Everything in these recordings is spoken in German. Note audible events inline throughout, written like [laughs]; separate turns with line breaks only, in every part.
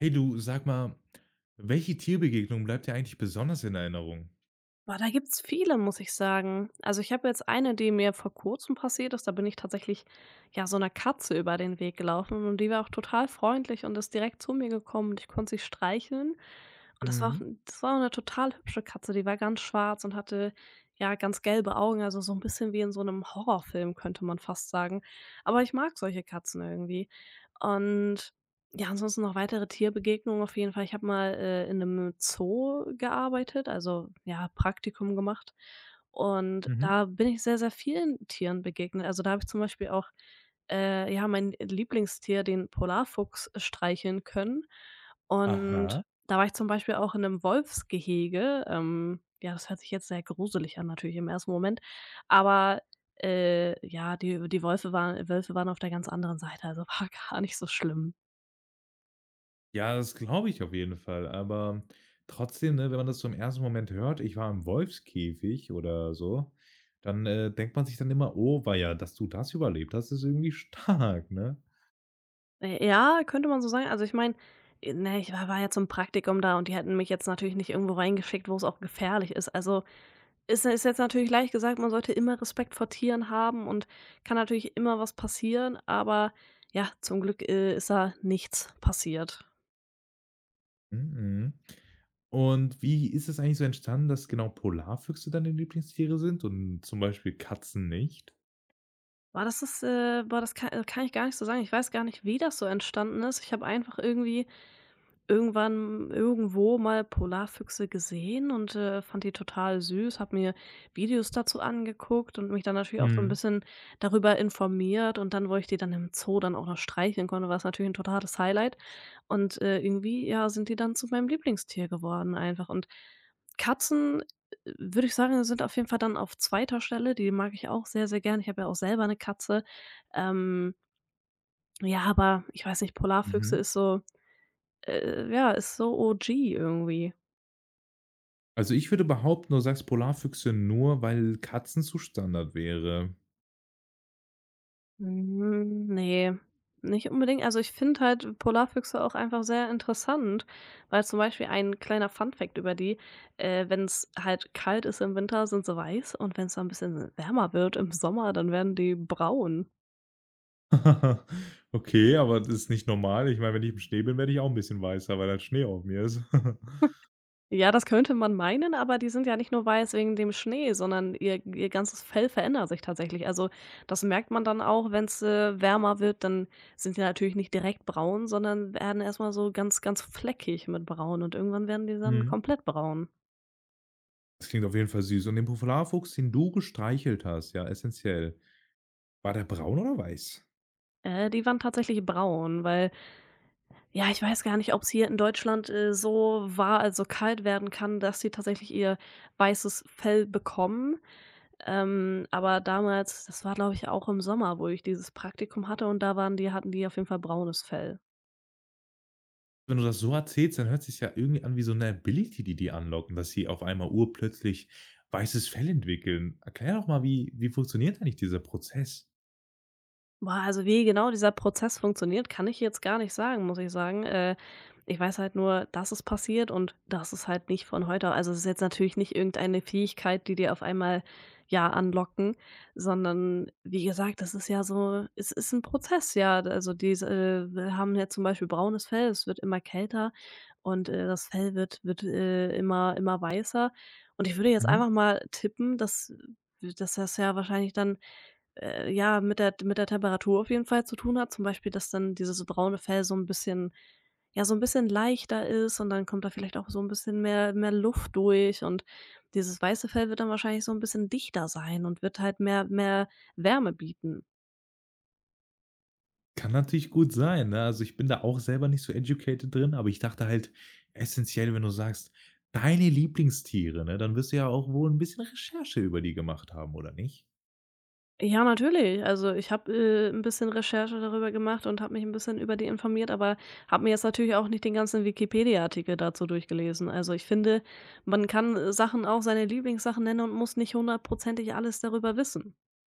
Hey du, sag mal, welche Tierbegegnung bleibt dir eigentlich besonders in Erinnerung?
Boah, da gibt's viele, muss ich sagen. Also, ich habe jetzt eine, die mir vor Kurzem passiert ist. Da bin ich tatsächlich, ja, so einer Katze über den Weg gelaufen und die war auch total freundlich und ist direkt zu mir gekommen und ich konnte sie streicheln. Und das war auch
Mhm.
das war auch 'ne total hübsche Katze, die war ganz schwarz und hatte, ja, ganz gelbe Augen, also so ein bisschen wie in so einem Horrorfilm, könnte man fast sagen. Aber ich mag solche Katzen irgendwie. Und ja, ansonsten noch weitere Tierbegegnungen auf jeden Fall. Ich habe mal, in einem Zoo gearbeitet, also, ja, Praktikum gemacht und
Mhm.
da bin ich sehr, sehr vielen Tieren begegnet. Also, da habe ich zum Beispiel auch, ja, mein Lieblingstier, den Polarfuchs, streicheln können
Aha.
und da war ich zum Beispiel auch in einem Wolfsgehege. Ja, das hört sich jetzt sehr gruselig an natürlich im ersten Moment, aber, ja, die Wölfe waren auf der ganz anderen Seite, also, war [laughs] gar nicht so schlimm.
Ja, das glaube ich auf jeden Fall. Aber trotzdem, ne, wenn man das zum ersten Moment hört, ich war im Wolfskäfig oder so, dann denkt man sich dann immer, oh, war ja, dass du das überlebt hast, ist irgendwie stark, ne?
Ja, könnte man so sagen. Also, ich meine, ne, ich war ja zum Praktikum da und die hätten mich jetzt natürlich nicht irgendwo reingeschickt, wo es auch gefährlich ist. Also, ist jetzt natürlich leicht gesagt, man sollte immer Respekt vor Tieren haben und kann natürlich immer was passieren, aber ja, zum Glück, ist da nichts passiert.
Mhm. Und wie ist es eigentlich so entstanden, dass genau Polarfüchse deine Lieblingstiere sind und zum Beispiel Katzen nicht?
War das das, boah, Das kann kann ich gar nicht so sagen. Ich weiß gar nicht, wie das so entstanden ist. Ich habe einfach irgendwie irgendwann irgendwo mal Polarfüchse gesehen und, fand die total süß, habe mir Videos dazu angeguckt und mich dann natürlich auch so ein
Mhm.
bisschen darüber informiert und dann, wo ich die dann im Zoo dann auch noch streicheln konnte, war's natürlich ein totales Highlight und, irgendwie, ja, sind die dann zu meinem Lieblingstier geworden einfach und Katzen, würde ich sagen, sind auf jeden Fall dann auf zweiter Stelle. Die mag ich auch sehr, sehr gern, ich habe ja auch selber eine Katze. Ähm, ja, aber ich weiß nicht, Polarfüchse
Mhm.
ist so ja, ist so OG irgendwie.
Also, ich würde behaupten, du sagst Polarfüchse nur, weil Katzen zu Standard wäre.
Hm, ne, nicht unbedingt. Also, ich finde halt Polarfüchse auch einfach sehr interessant, weil zum Beispiel ein kleiner Funfact über die, wenn es halt kalt ist im Winter, sind sie weiß und wenn es dann ein bisschen wärmer wird im Sommer, dann werden die braun.
[laughs] Okay, aber das ist nicht normal. Ich meine, wenn ich im Schnee bin, werde ich auch ein bisschen weißer, weil dann Schnee auf mir ist. [laughs]
Ja, das könnte man meinen, aber die sind ja nicht nur weiß wegen dem Schnee, sondern ihr ganzes Fell verändert sich tatsächlich. Also, das merkt man dann auch, wenn's, wärmer wird, dann sind die natürlich nicht direkt braun, sondern werden erst mal so ganz, ganz fleckig mit braun und irgendwann werden die dann
Mhm.
komplett braun.
Das klingt auf jeden Fall süß. Und den Polarfuchs, den du gestreichelt hast, ja, essentiell, war der braun oder weiß?
Die waren tatsächlich braun, weil ja, ich weiß gar nicht, ob es hier in Deutschland, so war, also kalt werden kann, dass sie tatsächlich ihr weißes Fell bekommen. Aber damals, das war, glaube ich, auch im Sommer, wo ich dieses Praktikum hatte und da waren die hatten die auf jeden Fall braunes Fell.
Wenn du das so erzählst, dann hört sich ja irgendwie an wie so eine Ability, die die anlocken, dass sie auf einmal urplötzlich weißes Fell entwickeln. Erklär doch mal, wie funktioniert eigentlich dieser Prozess?
Boah, also wie genau dieser Prozess funktioniert, kann ich jetzt gar nicht sagen, muss ich sagen. Ich weiß halt nur, dass es passiert und das ist halt nicht von heute. Also es ist jetzt natürlich nicht irgendeine Fähigkeit, die dir auf einmal ja anlocken, sondern wie gesagt, das ist ja so, es ist ein Prozess, ja. Also diese wir haben ja zum Beispiel braunes Fell, es wird immer kälter und das Fell wird immer weißer. Und ich würde jetzt einfach mal tippen, dass das ja wahrscheinlich dann ja, mit der Temperatur auf jeden Fall zu tun hat. Zum Beispiel, dass dann dieses braune Fell so ein bisschen ja, so ein bisschen leichter ist und dann kommt da vielleicht auch so ein bisschen mehr Luft durch und dieses weiße Fell wird dann wahrscheinlich so ein bisschen dichter sein und wird halt mehr Wärme bieten.
Kann natürlich gut sein, ne? Also, ich bin da auch selber nicht so educated drin, aber ich dachte halt essentiell, wenn du sagst, deine Lieblingstiere, ne, dann wirst du ja auch wohl ein bisschen Recherche über die gemacht haben, oder nicht?
Ja, natürlich. Also, ich habe, 'n bisschen Recherche darüber gemacht und habe mich ein bisschen über die informiert, aber habe mir jetzt natürlich auch nicht den ganzen Wikipedia-Artikel dazu durchgelesen. Also, ich finde, man kann, Sachen auch seine Lieblingssachen nennen und muss nicht hundertprozentig alles darüber wissen. [laughs]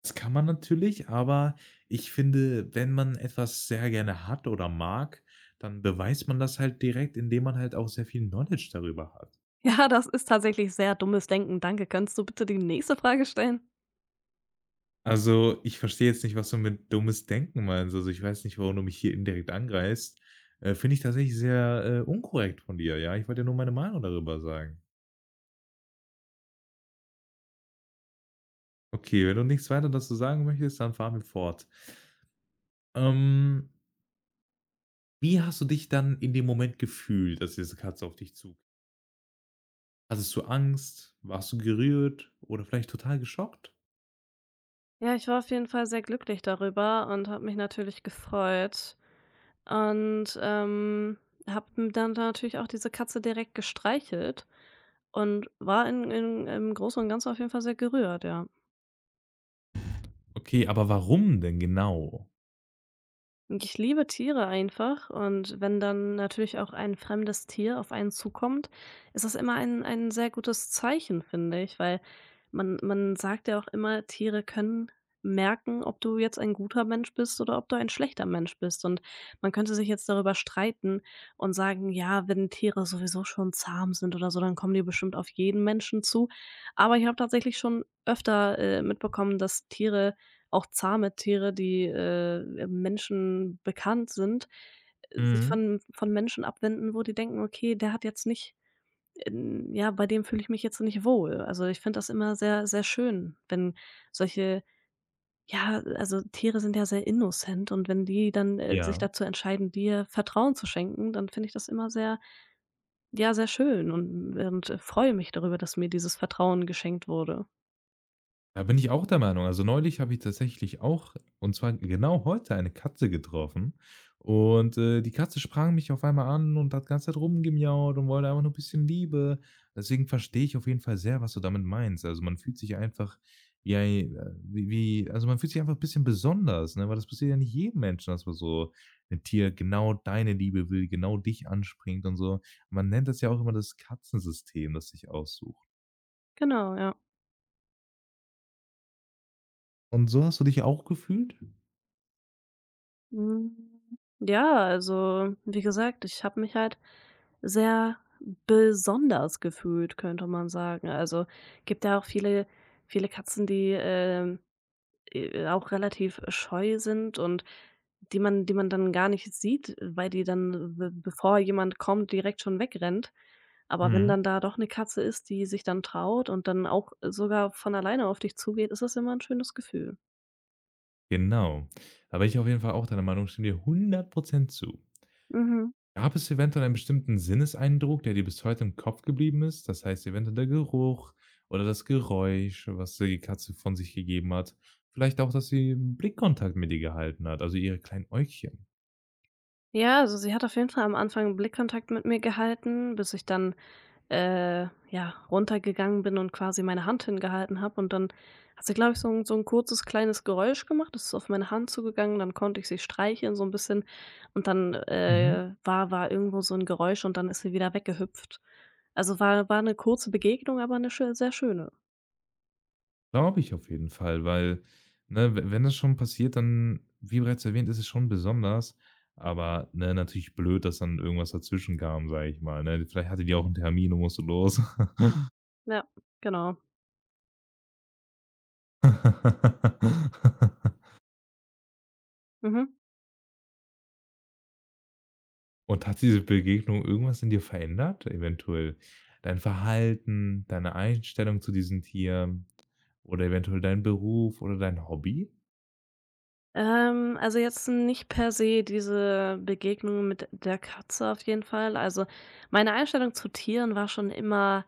Das kann man natürlich, aber ich finde, wenn man etwas sehr gerne hat oder mag, dann beweist man das halt direkt, indem man halt auch sehr viel Knowledge darüber hat.
Ja, das ist tatsächlich sehr dummes Denken. Danke. Kannst du bitte die nächste Frage stellen?
Also, ich verstehe jetzt nicht, was du mit dummes Denken meinst. Also, ich weiß nicht, warum du mich hier indirekt angreifst. Finde ich tatsächlich sehr, unkorrekt von dir, ja? Ich wollte ja nur meine Meinung darüber sagen. Okay, wenn du nichts weiter dazu sagen möchtest, dann fahren wir fort. Ähm, Wie hast du dich dann in dem Moment gefühlt, dass diese Katze auf dich zu hattest du Angst? Warst du gerührt oder vielleicht total geschockt?
Ja, ich war auf jeden Fall sehr glücklich darüber und habe mich natürlich gefreut. Und, habe dann natürlich auch diese Katze direkt gestreichelt und war in im Großen und Ganzen auf jeden Fall sehr gerührt, ja.
Okay, aber warum denn genau?
Ich liebe Tiere einfach und wenn dann natürlich auch ein fremdes Tier auf einen zukommt, ist das immer ein sehr gutes Zeichen, finde ich, weil man sagt ja auch immer, Tiere können merken, ob du jetzt ein guter Mensch bist oder ob du ein schlechter Mensch bist. Und man könnte sich jetzt darüber streiten und sagen, ja, wenn Tiere sowieso schon zahm sind oder so, dann kommen die bestimmt auf jeden Menschen zu. Aber ich habe tatsächlich schon öfter, mitbekommen, dass Tiere auch zahme Tiere, die, Menschen bekannt sind, sich
Mhm.
von Menschen abwenden, wo die denken: „Okay, der hat jetzt nicht ja, bei dem fühle ich mich jetzt nicht wohl.“ Also, ich finde das immer sehr, sehr schön, wenn solche ja, also Tiere sind ja sehr innocent und wenn die dann, sich
Ja.
dazu entscheiden, dir Vertrauen zu schenken, dann finde ich das immer sehr ja, sehr schön und freue mich darüber, dass mir dieses Vertrauen geschenkt wurde.
Da bin ich auch der Meinung. Also, neulich habe ich tatsächlich auch und zwar genau heute eine Katze getroffen und, die Katze sprang mich auf einmal an und hat die ganze Zeit rumgemiaut und wollte einfach nur ein bisschen Liebe. Deswegen verstehe ich auf jeden Fall sehr, was du damit meinst. Also, man fühlt sich einfach wie ei äh, wie also, man fühlt sich einfach ein bisschen besonders, ne? Weil das passiert ja nicht jedem Menschen, dass man so ein Tier genau deine Liebe will, genau dich anspringt und so. Man nennt das ja auch immer das Katzensystem, das sich aussucht.
Genau, ja.
Und so hast du dich auch gefühlt?
Hm, ja, also, wie gesagt, ich habe mich halt sehr besonders gefühlt, könnte man sagen. Also, gibt ja auch viele viele Katzen, die, auch relativ scheu sind und die man dann gar nicht sieht, weil die dann, be bevor jemand kommt, direkt schon wegrennt. Aber wenn
Mhm.
dann da doch eine Katze ist, die sich dann traut und dann auch sogar von alleine auf dich zugeht, ist das immer ein schönes Gefühl.
Genau. Da bin ich auf jeden Fall auch deiner Meinung, stimme dir 100% zu.
Mhm.
Gab es eventuell einen bestimmten Sinneseindruck, der dir bis heute im Kopf geblieben ist? Das heißt eventuell der Geruch oder das Geräusch, was die Katze von sich gegeben hat. Vielleicht auch, dass sie Blickkontakt mit dir gehalten hat, also ihre kleinen Äugchen.
Ja, also sie hat auf jeden Fall am Anfang Blickkontakt mit mir gehalten, bis ich dann, ja, runtergegangen bin und quasi meine Hand hingehalten habe. Und dann hat sie, glaube ich, so ein kurzes kleines Geräusch gemacht, das ist auf meine Hand zugegangen, dann konnte ich sie streicheln so ein bisschen und dann,
Mhm.
war irgendwo so ein Geräusch und dann ist sie wieder weggehüpft. Also war eine kurze Begegnung, aber eine schö sehr schöne.
Glaube ich auf jeden Fall, weil, ne, we wenn das schon passiert, dann, wie bereits erwähnt, ist es schon besonders, aber, ne, natürlich blöd, dass dann irgendwas dazwischen kam, sage ich mal, ne? Vielleicht hatte die auch einen Termin und musste los. [laughs]
Ja, genau.
[laughs]
Mhm.
Und hat diese Begegnung irgendwas in dir verändert? Eventuell dein Verhalten, deine Einstellung zu diesen Tieren oder eventuell dein Beruf oder dein Hobby?
Also jetzt nicht per se diese Begegnung mit der Katze auf jeden Fall. Also, meine Einstellung zu Tieren war schon immer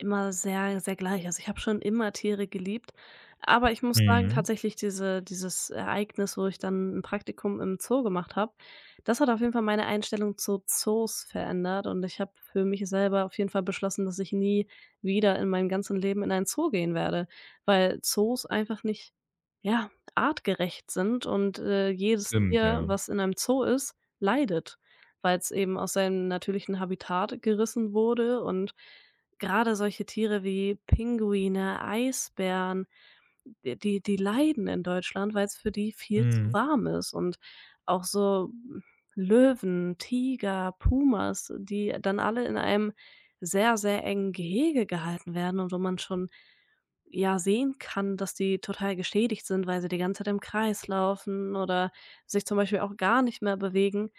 immer sehr, sehr gleich. Also, ich habe schon immer Tiere geliebt, aber ich muss sagen,
Mhm.
tatsächlich dieses Ereignis, wo ich dann ein Praktikum im Zoo gemacht habe, das hat auf jeden Fall meine Einstellung zu Zoos verändert und ich habe für mich selber auf jeden Fall beschlossen, dass ich nie wieder in meinem ganzen Leben in ein Zoo gehen werde, weil Zoos einfach nicht ja, artgerecht sind und, jedes
Stimmt,
Tier,
ja.
was in einem Zoo ist, leidet, weil es eben aus seinem natürlichen Habitat gerissen wurde und gerade solche Tiere wie Pinguine, Eisbären, die leiden in Deutschland, weil's für die viel zu
Mhm.
warm ist und auch so Löwen, Tiger, Pumas, die dann alle in einem sehr, sehr engen Gehege gehalten werden und wo man schon, ja, sehen kann, dass die total geschädigt sind, weil sie die ganze Zeit im Kreis laufen oder sich zum Beispiel auch gar nicht mehr bewegen.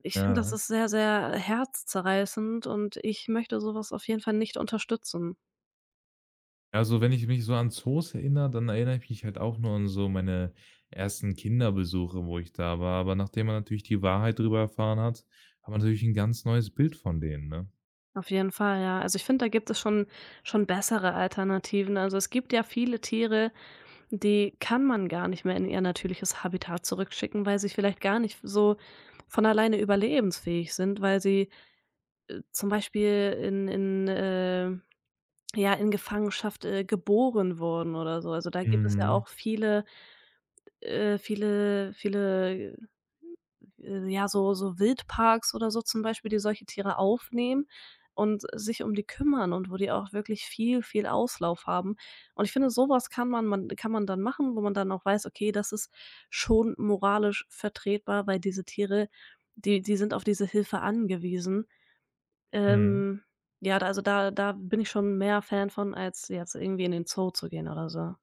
Ich finde, das
Ja.
ist sehr, sehr herzzerreißend und ich möchte so was auf jeden Fall nicht unterstützen.
Also, wenn ich mich so an Zoos erinnere, dann erinnere ich mich halt auch nur an so meine ersten Kinderbesuche, wo ich da war. Aber nachdem man natürlich die Wahrheit darüber erfahren hat, hat man natürlich ein ganz neues Bild von denen, ne?
Auf jeden Fall, ja. Also, ich finde, da gibt es schon bessere Alternativen. Also, es gibt ja viele Tiere, die kann man gar nicht mehr in ihr natürliches Habitat zurückschicken, weil sie vielleicht gar nicht so von alleine überlebensfähig sind, weil sie, zum Beispiel in ja, in Gefangenschaft, geboren wurden oder so. Also, da gibt es ja
Mhm,
auch viele, äh viele viele ja, so so Wildparks oder so zum Beispiel, die solche Tiere aufnehmen und sich um die kümmern und wo die auch wirklich viel, viel Auslauf haben. Und ich finde, sowas kann man dann machen, wo man dann auch weiß: „Okay, das ist schon moralisch vertretbar“, weil diese Tiere, die sind auf diese Hilfe angewiesen.
mhm.
Ähm, ja, da also da da bin ich schon mehr Fan von, als jetzt irgendwie in den Zoo zu gehen oder so.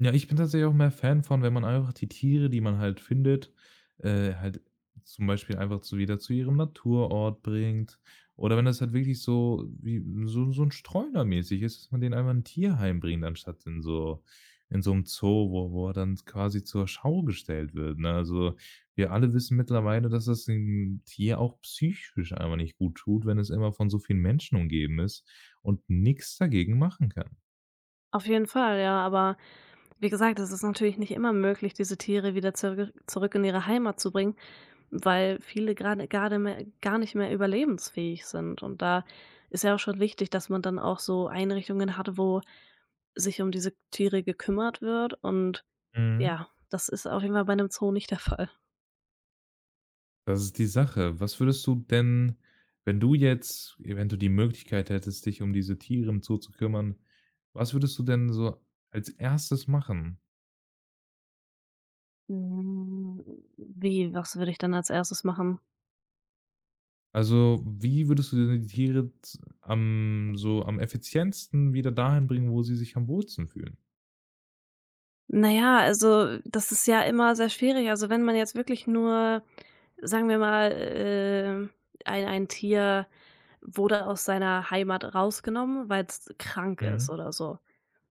Ja, ich bin tatsächlich auch mehr Fan von, wenn man einfach die Tiere, die man halt findet, halt zum Beispiel einfach zu wieder zu ihrem Naturort bringt. Oder wenn das halt wirklich so wie so, so 'n Streunermäßig ist, dass man den einfach in 'n Tierheim bringt, anstatt in so einem Zoo, wo er dann quasi zur Schau gestellt wird, ne? Also, wir alle wissen mittlerweile, dass das dem Tier auch psychisch einfach nicht gut tut, wenn es immer von so vielen Menschen umgeben ist und nichts dagegen machen kann.
Auf jeden Fall, ja, aber wie gesagt, es ist natürlich nicht immer möglich, diese Tiere wieder zurück in ihre Heimat zu bringen, weil viele gerade grade mehr gar nicht mehr überlebensfähig sind. Und da ist ja auch schon wichtig, dass man dann auch so Einrichtungen hat, wo sich um diese Tiere gekümmert wird. Und
Mhm.
ja, das ist auf jeden Fall bei einem Zoo nicht der Fall.
Das ist die Sache. Was würdest du denn, wenn du die Möglichkeit hättest, dich um diese Tiere im Zoo zu kümmern, was würdest du denn so als Erstes machen?
Hm, wie was würde ich dann als Erstes machen?
Also, wie würdest du denn die Tiere z am so am effizientesten wieder dahin bringen, wo sie sich am wohlsten fühlen?
Na ja, also, das ist ja immer sehr schwierig. Also, wenn man jetzt wirklich nur, sagen wir mal, ein Tier wurde aus seiner Heimat rausgenommen, weil es krank ist
Mhm,
oder so.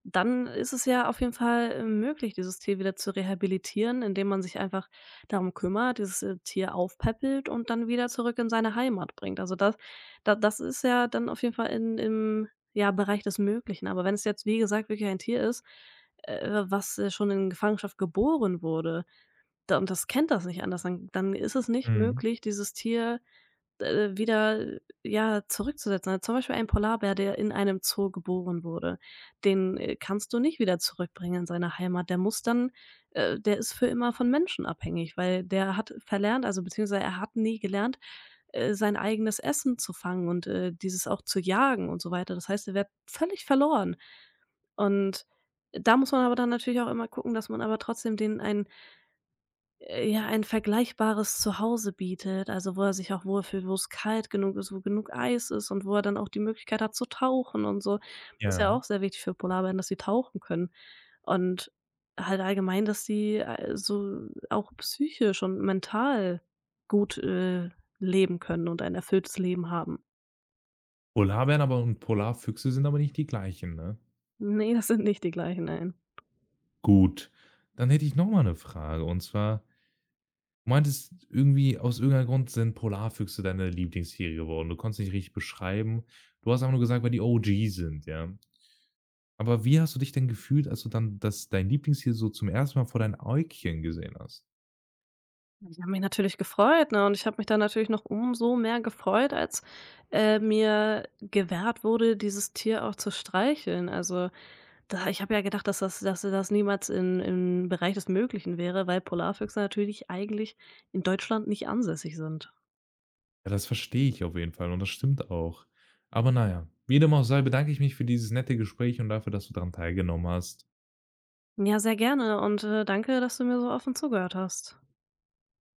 Dann ist es ja auf jeden Fall möglich, dieses Tier wieder zu rehabilitieren, indem man sich einfach darum kümmert, dieses, Tier aufpäppelt und dann wieder zurück in seine Heimat bringt. Also, das ist ja dann auf jeden Fall in im, ja, Bereich des Möglichen. Aber wenn es jetzt, wie gesagt, wirklich ein Tier ist, was, schon in Gefangenschaft geboren wurde, da und das kennt das nicht anders, dann ist es nicht
mhm,
möglich, dieses Tier wieder, ja, zurückzusetzen. Also, zum Beispiel ein Polarbär, der in einem Zoo geboren wurde, den, kannst du nicht wieder zurückbringen in seine Heimat. Der muss dann der ist für immer von Menschen abhängig, weil der hat verlernt, also beziehungsweise er hat nie gelernt, sein eigenes Essen zu fangen und, dieses auch zu jagen und so weiter. Das heißt, er wird völlig verloren. Und da muss man aber dann natürlich auch immer gucken, dass man aber trotzdem denen ein ja, ein vergleichbares Zuhause bietet, also wo er sich auch wohlfühlt, wo es kalt genug ist, wo genug Eis ist und wo er dann auch die Möglichkeit hat zu tauchen und so. Das ist ja
ja.
auch sehr wichtig für Polarbären, dass sie tauchen können und halt allgemein, dass sie, so auch psychisch und mental gut, leben können und ein erfülltes Leben haben.
Polarbären aber und Polarfüchse sind aber nicht die gleichen, ne?
Ne, das sind nicht die gleichen, nein.
Gut, dann hätte ich noch mal 'ne Frage und zwar du meintest irgendwie, aus irgendeinem Grund sind Polarfüchse deine Lieblingstiere geworden. Du konntest nicht richtig beschreiben. Du hast einfach nur gesagt, weil die OG sind, ja. Aber wie hast du dich denn gefühlt, als du dann das dein Lieblingstier so zum ersten Mal vor deinen Äugchen gesehen hast?
Ich habe mich natürlich gefreut, ne, und ich habe mich dann natürlich noch umso mehr gefreut, als, mir gewährt wurde, dieses Tier auch zu streicheln. Also, da ich habe ja gedacht, dass das niemals in im Bereich des Möglichen wäre, weil Polarfüchse natürlich eigentlich in Deutschland nicht ansässig sind.
Ja, das verstehe ich auf jeden Fall und das stimmt auch. Aber naja, wie dem auch sei, bedanke ich mich für dieses nette Gespräch und dafür, dass du daran teilgenommen hast.
Ja, sehr gerne und, danke, dass du mir so offen zugehört hast.